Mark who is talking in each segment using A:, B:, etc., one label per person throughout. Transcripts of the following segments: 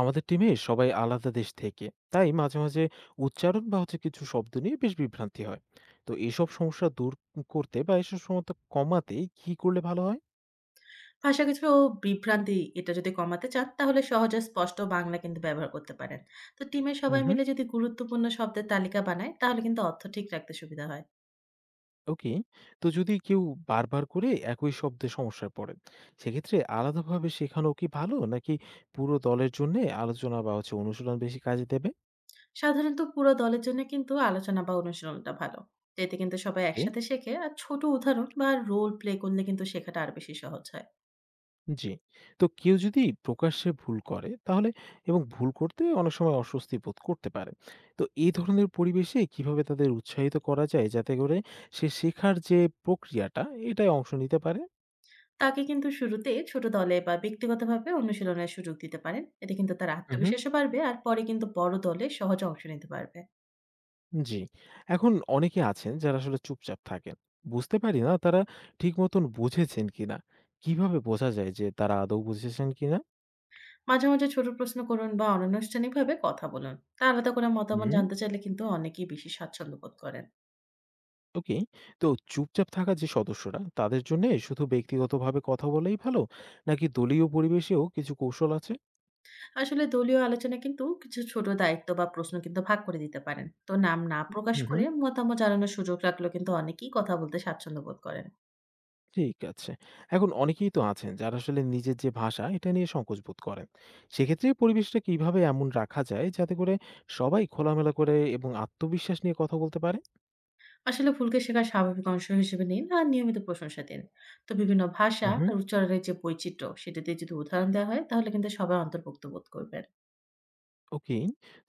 A: আমাদের টিমে সবাই আলাদা দেশ থেকে তাই মাঝে মাঝে উচ্চারণ বা কিছু শব্দ নিয়ে বেশ বিভ্রান্তি হয়। তো এসব সমস্যা দূর করতে বা এসব সমস্যা কমাতে কি করলে ভালো হয়?
B: ভাষাগত বিভ্রান্তি এটা যদি কমাতে চান, তাহলে সহজ আর স্পষ্ট বাংলা কিন্তু ব্যবহার করতে পারেন। তো টিমের
A: হুম
B: সবাই
A: হুম।
B: মিলে যদি গুরুত্বপূর্ণ শব্দের তালিকা বানায়, তাহলে কিন্তু অর্থ ঠিক রাখতে সুবিধা হয়।
A: ওকে। তো যদি কেউ বারবার করে একই শব্দে সমস্যায় পড়ে, সেক্ষেত্রে আলাদাভাবে শেখানো কি ভালো, নাকি পুরো দলের জন্য আলোচনা বা অনুশীলন বেশি কাজে দেবে?
B: সাধারণত পুরো দলের জন্য কিন্তু আলোচনা বা অনুশীলনটা ভালো। তো এতে কিন্তু সবাই
A: ওকে।
B: একসাথে শেখে আর ছোট উদাহরণ বা রোল প্লে করলে কিন্তু শেখাটা আরো বেশি সহজ হয়।
A: জি। তো কেউ যদি প্রকাশ্যে ভুল করে, তাহলে এবং ভুল করতে অনেক সময় অস্বস্তি বোধ করতে পারে। তো এই ধরনের পরিবেশে কিভাবে তাদের উৎসাহিত করা যায় যাতে করে সে শেখার যে প্রক্রিয়াটা, এটায় অংশ নিতে পারে?
B: তাকে কিন্তু শুরুতে ছোট দলে বা ব্যক্তিগতভাবে অনুশীলনের সুযোগ দিতে পারেন। এতে কিন্তু তার
A: হুম, হুম।
B: আত্মবিশ্বাসও বাড়বে আর পরে কিন্তু বড় দলে সহজে অংশ নিতে পারবে।
A: জি। এখন অনেকে আছেন যারা আসলে চুপচাপ থাকেন। বুঝতে পারি না তারা ঠিক মতন বুঝেছেন কিনা? কিভাবে বোঝা যায় যে তারা আদৌ বুঝেছেন কিনা?
B: মাঝে মাঝে ছোট প্রশ্ন করুন বা অনানুষ্ঠানিকভাবে কথা বলুন। তা আলাদা করে মতামত
A: হুম।
B: জানতে চাইলে কিন্তু অনেকেই বেশি স্বাচ্ছন্দ্য বোধ করেন।
A: ওকে। তো চুপচাপ থাকা যে সদস্যরা, তাদের জন্যে শুধু ব্যক্তিগতভাবে কথা বলাই ভালো? নাকি দলীয় পরিবেশেও কিছু কৌশল আছে?
B: আসলে দলীয় আলোচনা কিন্তু কিছু ছোট দায়িত্ব বা প্রশ্ন কিন্তু ভাগ করে দিতে পারেন। তো নাম না প্রকাশ
A: হুম,
B: করে
A: হুম।
B: মতামত জানানোর সুযোগ রাখলেও কিন্তু অনেকেই কথা বলতে স্বাচ্ছন্দ্য বোধ করেন।
A: ঠিক আছে। এখন অনেকেই তো আছেন যারা আসলে নিজের যে ভাষা, এটা নিয়ে সংকোচ বোধ করেন। সেক্ষেত্রে পরিবেশটা কিভাবে এমন রাখা যায়, যাতে করে সবাই খোলামেলা করে এবং আত্মবিশ্বাস নিয়ে কথা বলতে পারে?
B: আসলে ভুলকে শেখার স্বাভাবিক অংশ হিসেবে নিন আর নিয়মিত প্রশংসা দিন। তো বিভিন্ন ভাষা আর উচ্চারণের যে বৈচিত্র্য সেটাতে যদি উদাহরণ দেওয়া হয় তাহলে কিন্তু সবাই অন্তর্ভুক্ত বোধ করবেন।
A: ওকে।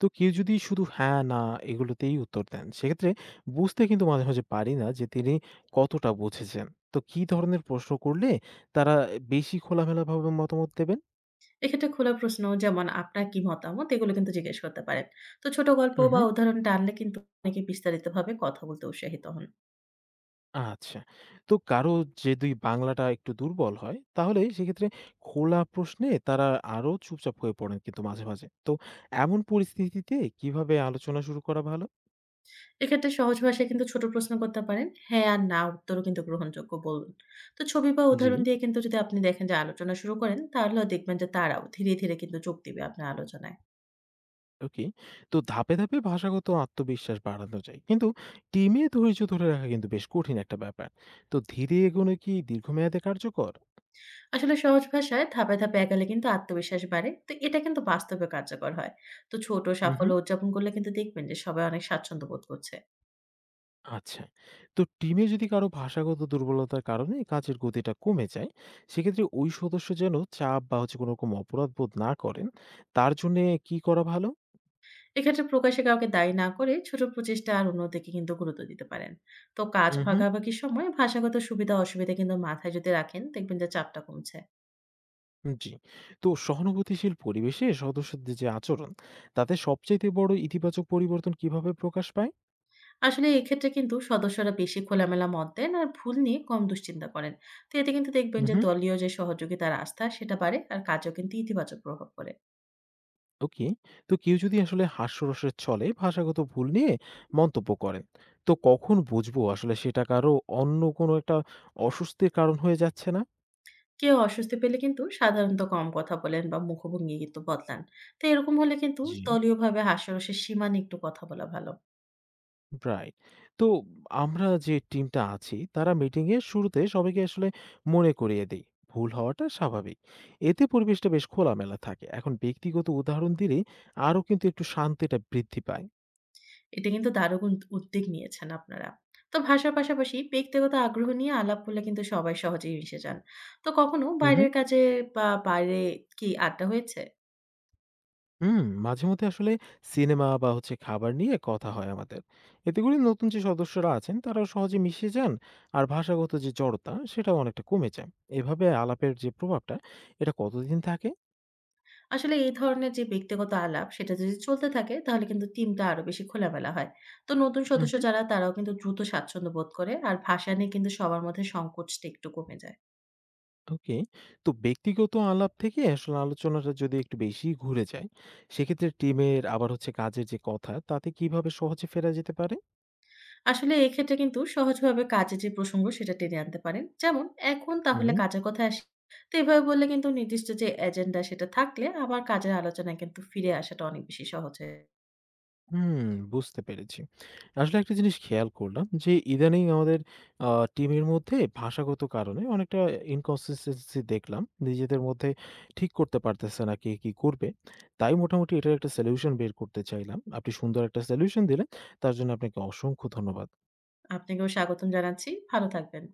A: তো কেউ যদি শুধু হ্যাঁ, না এগুলোতেই উত্তর দেন, সেক্ষেত্রে বুঝতে কিন্তু মাঝে, মাঝে পারি না যে তিনি কতটা বুঝেছেন। তো কি ধরনের প্রশ্ন করলে তারা বেশি খোলামেলাভাবে মতামত দেবেন?
B: এক্ষেত্রে খোলা প্রশ্ন যেমন আপনার কি মতামত এগুলো কিন্তু জিজ্ঞেস করতে পারেন। তো ছোট গল্প বা
A: উহু,
B: উদাহরণ টানলে কিন্তু অনেকে বিস্তারিতভাবে কথা বলতে উৎসাহিত হন।
A: আচ্ছা। তো কারো যদি বাংলাটা একটু দুর্বল হয়, তাহলে সেক্ষেত্রে খোলা প্রশ্নে তারা আরো চুপচাপ হয়ে পড়েন কিন্তু মাঝে, মাঝে। তো এমন পরিস্থিতিতে কিভাবে আলোচনা শুরু করা ভালো?
B: এক্ষেত্রে সহজ ভাষায় কিন্তু ছোট প্রশ্ন করতে পারেন, হ্যাঁ আর না উত্তরও কিন্তু গ্রহণযোগ্য বলুন। তো ছবি বা
A: জি।
B: উদাহরণ দিয়ে কিন্তু যদি আপনি দেখেন যে আলোচনা শুরু করেন তাহলেও দেখবেন যে তারাও ধীরে ধীরে কিন্তু যোগ দিবে আপনার আলোচনায়।
A: ওকে। তো ধাপে, ধাপে ভাষাগত আত্মবিশ্বাস বাড়ানো যায়। কিন্তু টিমে ধৈর্য ধরে রাখা কিন্তু বেশ কঠিন একটা ব্যাপার। তো ধীরে এগোনো কি দীর্ঘমেয়াদে কার্যকর?
B: আসলে সহজ ভাষায় ধাপে ধাপে এগালে কিন্তু আত্মবিশ্বাস বাড়ে, তো এটা কিন্তু বাস্তবে কার্যকর হয়। তো ছোট
A: উম
B: সাফল্য
A: হুম।
B: উদযাপন করলে কিন্তু দেখবেন যে সবাই অনেক স্বাচ্ছন্দ্য বোধ করছে।
A: আচ্ছা। তো টিমে যদি কারো ভাষাগত দুর্বলতার কারণে কাজের গতিটা কমে যায়, সেক্ষেত্রে ওই সদস্য যেন চাপ বা কোনো রকম অপরাধবোধ না করেন, তার জন্যে কি করা ভালো?
B: এক্ষেত্রে প্রকাশ্যে কাউকে দায়ী না করে ছোট প্রচেষ্টা আর উন্নতিকে কিন্তু গুরুত্ব দিতে পারেন। তো কাজ
A: উম হুম।
B: ভাগাভাগির সময় ভাষাগত সুবিধা-অসুবিধা কিন্তু মাথায় যদি রাখেন, দেখবেন যে চাপটা কমছে।
A: জি। তো সহানুভূতিশীল পরিবেশে সদস্যদের যে আচরণ, তাতে সবচাইতে বড় ইতিবাচক পরিবর্তন কিভাবে প্রকাশ পায়?
B: আসলে এক্ষেত্রে কিন্তু সদস্যরা বেশি খোলামেলা মত দেন আর ভুল নিয়ে কম দুশ্চিন্তা করেন। তো এতে কিন্তু দেখবেন
A: উম
B: যে
A: হুম।
B: দলীয় যে সহযোগিতার আস্থা সেটা বাড়ে আর কাজেও কিন্তু ইতিবাচক প্রভাব পড়ে।
A: ওকে। তো কেউ যদি আসলে হাস্যরসের ছলে ভাষাগত ভুল নিয়ে মন্তব্য করে, তো কখন বুঝবো আসলে সেটা কারো অন্য কোনো একটা অস্বস্তির কারণ হয়ে যাচ্ছে না?
B: কেউ অস্বস্তি পেলে কিন্তু সাধারণত কম কথা বলেন বা মুখভঙ্গি কিন্তু বদলান। তো এরকম হলে কিন্তু
A: জি।
B: দলীয়ভাবে হাস্যরসের সীমা নিয়ে একটু কথা বলা ভালো।
A: রাইট। তো আমরা যে টিমটা আছি তারা মিটিংয়ের শুরুতে সবাইকে আসলে মনে করিয়ে দেই। ভুল হওয়াটা স্বাভাবিক। এতে পরিবেশটা বেশ খোলামেলা থাকে। এখন ব্যক্তিগত উদাহরণ দিলেই আরো কিন্তু একটু শান্তিটা বৃদ্ধি পায়।
B: এটা কিন্তু দারুণ উদ্যোগ নিয়েছেন আপনারা। তো ভাষার পাশাপাশি ব্যক্তিগত আগ্রহ নিয়ে আলাপ হলে কিন্তু সবাই সহজেই মিশে যান। তো কখনো
A: হুম।
B: বাইরের কাজে বা বাইরে কি আড্ডা হয়েছে?
A: হুম, মাঝে মধ্যে আসলে সিনেমা বা খাবার নিয়ে কথা হয় আমাদের। এতে করে নতুন যে সদস্যরা আছেন তারাও সহজে মিশে যান, আর ভাষাগত যে জড়তা সেটাও অনেকটা কমে যায়। এভাবে আলাপের যে প্রভাবটা, এটা কতদিন থাকে?
B: আসলে এই ধরনের যে ব্যক্তিগত আলাপ সেটা যদি চলতে থাকে তাহলে কিন্তু টিমটা আরো বেশি খোলামেলা হয়। তো নতুন
A: উম
B: সদস্য
A: হুম,
B: যারা তারাও কিন্তু দ্রুত স্বাচ্ছন্দ্য বোধ করে আর ভাষা নিয়ে কিন্তু সবার মধ্যে সংকোচটা একটু কমে যায়।
A: ওকে। তো ব্যক্তিগত আলাপ থেকে আসলে আলোচনাটা যদি একটু বেশি ঘুরে যায়, সেক্ষেত্রে টিমের আবার কাজের যে কথা, তাতে কিভাবে সহজে ফেরা যেতে পারে?
B: আসলে এক্ষেত্রে কিন্তু সহজভাবে কাজের যে প্রসঙ্গ সেটা টেনে আনতে পারেন। যেমন, এখন তাহলে
A: হুম।
B: কাজের কথায় আসি। তো এভাবে বললে কিন্তু নির্দিষ্ট যে এজেন্ডা সেটা থাকলে আবার কাজের আলোচনায় কিন্তু ফিরে আসাটা অনেক বেশি সহজ হয়।
A: হুম, বুঝতে পেরেছি। আসলে একটা জিনিস খেয়াল করলাম যে ইদানিং আমাদের আ টিমের মধ্যে ভাষাগত কারণে অনেকটা inconsistency দেখলাম। নিজেদের মধ্যে ঠিক করতে পারতেছে না কে কি করবে। তাই মোটামুটি এটার একটা সলিউশন বের করতে চাইলাম। আপনি সুন্দর একটা সলিউশন দিলেন। তার জন্য আপনাকে অসংখ্য ধন্যবাদ।
B: আপনাকেও স্বাগতম জানাচ্ছি। ভালো থাকবেন।